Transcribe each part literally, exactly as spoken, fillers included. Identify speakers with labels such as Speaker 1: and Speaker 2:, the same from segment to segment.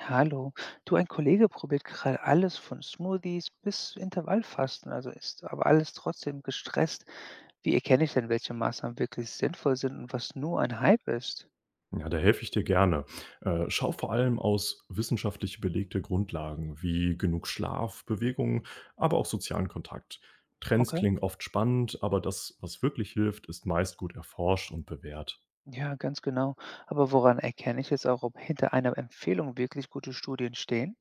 Speaker 1: Hallo. Du, ein Kollege probiert gerade alles von Smoothies bis Intervallfasten, also ist aber alles trotzdem gestresst. Wie erkenne ich denn, welche Maßnahmen wirklich sinnvoll sind und was nur ein Hype ist?
Speaker 2: Ja, da helfe ich dir gerne. Äh, schau vor allem aus wissenschaftlich belegte Grundlagen wie genug Schlaf, Bewegung, aber auch sozialen Kontakt. Trends
Speaker 1: Okay.
Speaker 2: klingen oft spannend, aber das, was wirklich hilft, ist meist gut erforscht und bewährt.
Speaker 1: Ja, ganz genau. Aber woran erkenne ich jetzt auch, ob hinter einer Empfehlung wirklich gute Studien stehen?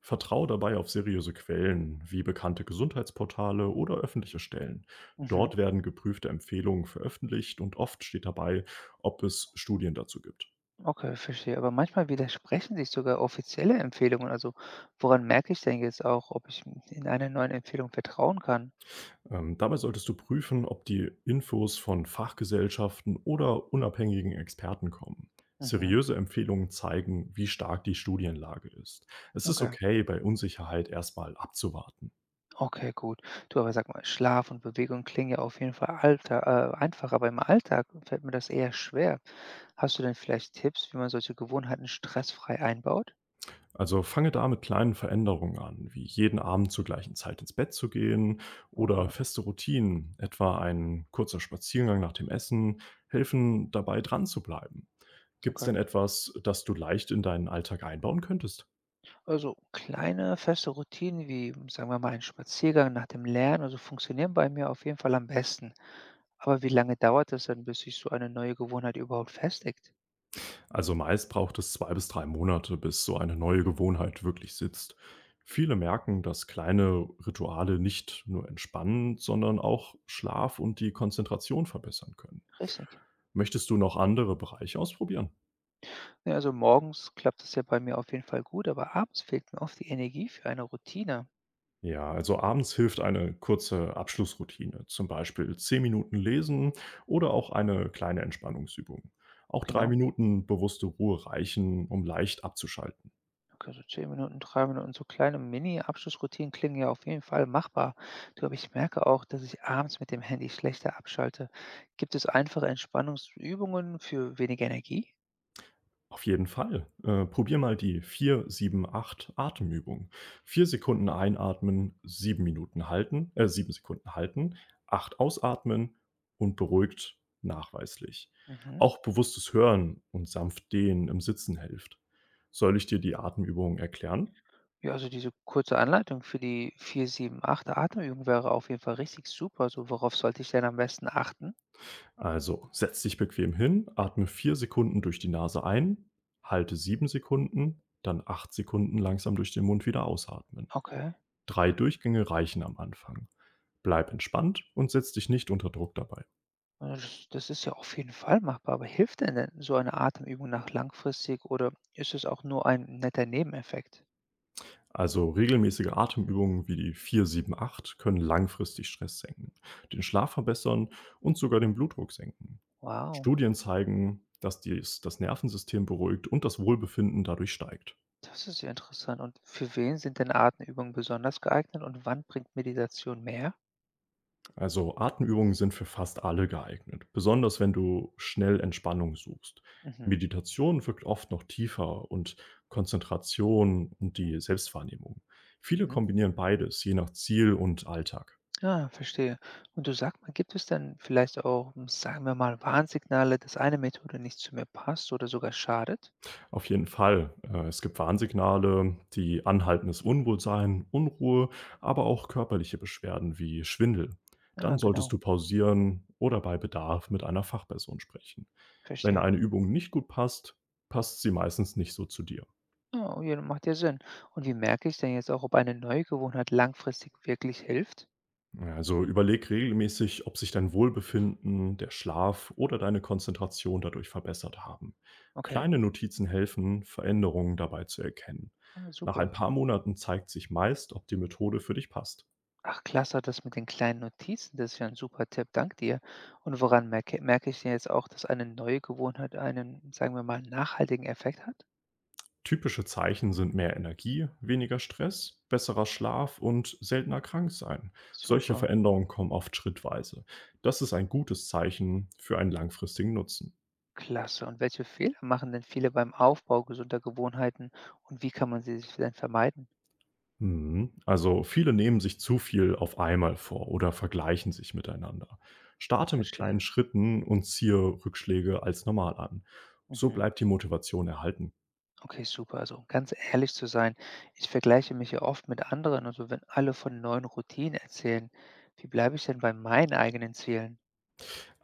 Speaker 2: Vertrau dabei auf seriöse Quellen wie bekannte Gesundheitsportale oder öffentliche Stellen.
Speaker 1: Mhm.
Speaker 2: Dort werden geprüfte Empfehlungen veröffentlicht und oft steht dabei, ob es Studien dazu gibt.
Speaker 1: Okay, verstehe. Aber manchmal widersprechen sich sogar offizielle Empfehlungen. Also woran merke ich denn jetzt auch, ob ich in einer neuen Empfehlung vertrauen kann?
Speaker 2: Ähm, dabei solltest du prüfen, ob die Infos von Fachgesellschaften oder unabhängigen Experten kommen.
Speaker 1: Mhm.
Speaker 2: Seriöse Empfehlungen zeigen, wie stark die Studienlage ist. Es ist
Speaker 1: Okay.
Speaker 2: okay, bei Unsicherheit erstmal abzuwarten.
Speaker 1: Okay, gut. Du, aber sag mal, Schlaf und Bewegung klingen ja auf jeden Fall alter, äh, einfach, aber im Alltag fällt mir das eher schwer. Hast du denn vielleicht Tipps, wie man solche Gewohnheiten stressfrei einbaut?
Speaker 2: Also fange da mit kleinen Veränderungen an, wie jeden Abend zur gleichen Zeit ins Bett zu gehen oder
Speaker 1: Okay,
Speaker 2: feste Routinen, etwa ein kurzer Spaziergang nach dem Essen, helfen dabei dran zu bleiben. Gibt es
Speaker 1: okay.
Speaker 2: denn etwas, das du leicht in deinen Alltag einbauen könntest?
Speaker 1: Also kleine feste Routinen wie, sagen wir mal, ein Spaziergang nach dem Lernen, also funktionieren bei mir auf jeden Fall am besten. Aber wie lange dauert es denn, bis sich so eine neue Gewohnheit überhaupt festigt?
Speaker 2: Also meist braucht es zwei bis drei Monate, bis so eine neue Gewohnheit wirklich sitzt. Viele merken, dass kleine Rituale nicht nur entspannen, sondern auch Schlaf und die Konzentration verbessern können.
Speaker 1: Richtig.
Speaker 2: Möchtest du noch andere Bereiche ausprobieren?
Speaker 1: Ja, also morgens klappt es ja bei mir auf jeden Fall gut, aber abends fehlt mir oft die Energie für eine Routine.
Speaker 2: Ja, also abends hilft eine kurze Abschlussroutine, zum Beispiel zehn Minuten lesen oder auch eine kleine Entspannungsübung. Auch drei
Speaker 1: Genau.
Speaker 2: Minuten bewusste Ruhe reichen, um leicht abzuschalten.
Speaker 1: Okay, so zehn Minuten, drei Minuten, so kleine Mini-Abschlussroutinen klingen ja auf jeden Fall machbar. Du, aber ich merke auch, dass ich abends mit dem Handy schlechter abschalte. Gibt es einfache Entspannungsübungen für weniger Energie?
Speaker 2: Auf jeden Fall. Äh, probier mal die vier sieben acht Atemübung. Vier Sekunden einatmen, sieben Minuten halten, äh, sieben Sekunden halten, acht ausatmen und beruhigt nachweislich.
Speaker 1: Mhm.
Speaker 2: Auch bewusstes Hören und sanft Dehnen im Sitzen hilft. Soll ich dir die Atemübung erklären?
Speaker 1: Ja, also diese kurze Anleitung für die vier, sieben, acht Atemübung wäre auf jeden Fall richtig super. So, worauf sollte ich denn am besten achten?
Speaker 2: Also, setz dich bequem hin, atme vier Sekunden durch die Nase ein, halte sieben Sekunden, dann acht Sekunden langsam durch den Mund wieder ausatmen.
Speaker 1: Okay.
Speaker 2: Drei Durchgänge reichen am Anfang. Bleib entspannt und setz dich nicht unter Druck dabei.
Speaker 1: Ja, Das, das ist ja auf jeden Fall machbar, aber hilft denn, denn so eine Atemübung nach langfristig oder ist es auch nur ein netter Nebeneffekt?
Speaker 2: Also regelmäßige Atemübungen wie die vier sieben acht können langfristig Stress senken, den Schlaf verbessern und sogar den Blutdruck senken.
Speaker 1: Wow.
Speaker 2: Studien zeigen, dass dies das Nervensystem beruhigt und das Wohlbefinden dadurch steigt.
Speaker 1: Das ist ja interessant. Und für wen sind denn Atemübungen besonders geeignet und wann bringt Meditation mehr?
Speaker 2: Also Atemübungen sind für fast alle geeignet, besonders wenn du schnell Entspannung suchst.
Speaker 1: Mhm.
Speaker 2: Meditation wirkt oft noch tiefer und Konzentration und die Selbstwahrnehmung. Viele
Speaker 1: Mhm.
Speaker 2: kombinieren beides, je nach Ziel und Alltag.
Speaker 1: Ah, verstehe. Und du sag mal, gibt es denn vielleicht auch, hm, sagen wir mal, Warnsignale, dass eine Methode nicht zu mir passt oder sogar schadet?
Speaker 2: Auf jeden Fall. Äh, es gibt Warnsignale, die anhaltendes Unwohlsein, Unruhe, aber auch körperliche Beschwerden wie Schwindel.
Speaker 1: Ja,
Speaker 2: Dann solltest
Speaker 1: genau.
Speaker 2: du pausieren oder bei Bedarf mit einer Fachperson sprechen. Wenn
Speaker 1: Verstehe.
Speaker 2: eine Übung nicht gut passt, passt sie meistens nicht so zu dir.
Speaker 1: Oh, ja, macht ja Sinn. Und wie merke ich denn jetzt auch, ob eine neue Gewohnheit langfristig wirklich hilft?
Speaker 2: Also überleg regelmäßig, ob sich dein Wohlbefinden, der Schlaf oder deine Konzentration dadurch verbessert haben.
Speaker 1: Okay,
Speaker 2: Kleine Notizen helfen, Veränderungen dabei zu erkennen.
Speaker 1: ah,
Speaker 2: Nach
Speaker 1: super.
Speaker 2: ein paar Monaten zeigt sich meist, ob die Methode für dich passt.
Speaker 1: Ach klasse, das mit den kleinen Notizen, das ist ja ein super Tipp, dank dir. Und woran merke merke ich denn jetzt auch, dass eine neue Gewohnheit einen, sagen wir mal, nachhaltigen Effekt hat?
Speaker 2: Typische Zeichen sind mehr Energie, weniger Stress, besserer Schlaf und seltener Kranksein. Solche
Speaker 1: Super,
Speaker 2: Veränderungen kommen oft schrittweise. Das ist ein gutes Zeichen für einen langfristigen Nutzen.
Speaker 1: klasse. Und welche Fehler machen denn viele beim Aufbau gesunder Gewohnheiten und wie kann man sie sich denn vermeiden?
Speaker 2: Mhm. Also viele nehmen sich zu viel auf einmal vor oder vergleichen sich miteinander. Starte mit kleinen
Speaker 1: Verstehe.
Speaker 2: Schritten und ziehe Rückschläge als normal an. So
Speaker 1: Mhm.
Speaker 2: bleibt die Motivation erhalten.
Speaker 1: Okay, super. Also, um ganz ehrlich zu sein, ich vergleiche mich ja oft mit anderen. Also, wenn alle von neuen Routinen erzählen, wie bleibe ich denn bei meinen eigenen Zielen?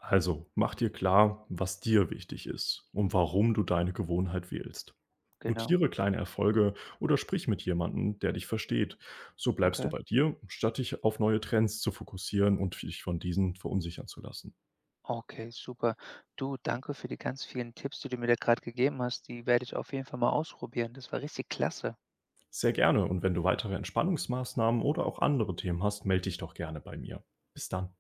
Speaker 2: Also, mach dir klar, was dir wichtig ist und warum du deine Gewohnheit wählst.
Speaker 1: Genau.
Speaker 2: Notiere kleine Erfolge oder sprich mit jemandem, der dich versteht. So bleibst du
Speaker 1: Okay.
Speaker 2: bei dir, statt dich auf neue Trends zu fokussieren und dich von diesen verunsichern zu lassen.
Speaker 1: Okay, super. Du, danke für die ganz vielen Tipps, die du mir da gerade gegeben hast. Die werde ich auf jeden Fall mal ausprobieren. Das war richtig klasse.
Speaker 2: Sehr gerne und wenn du weitere Entspannungsmaßnahmen oder auch andere Themen hast, melde dich doch gerne bei mir. Bis dann.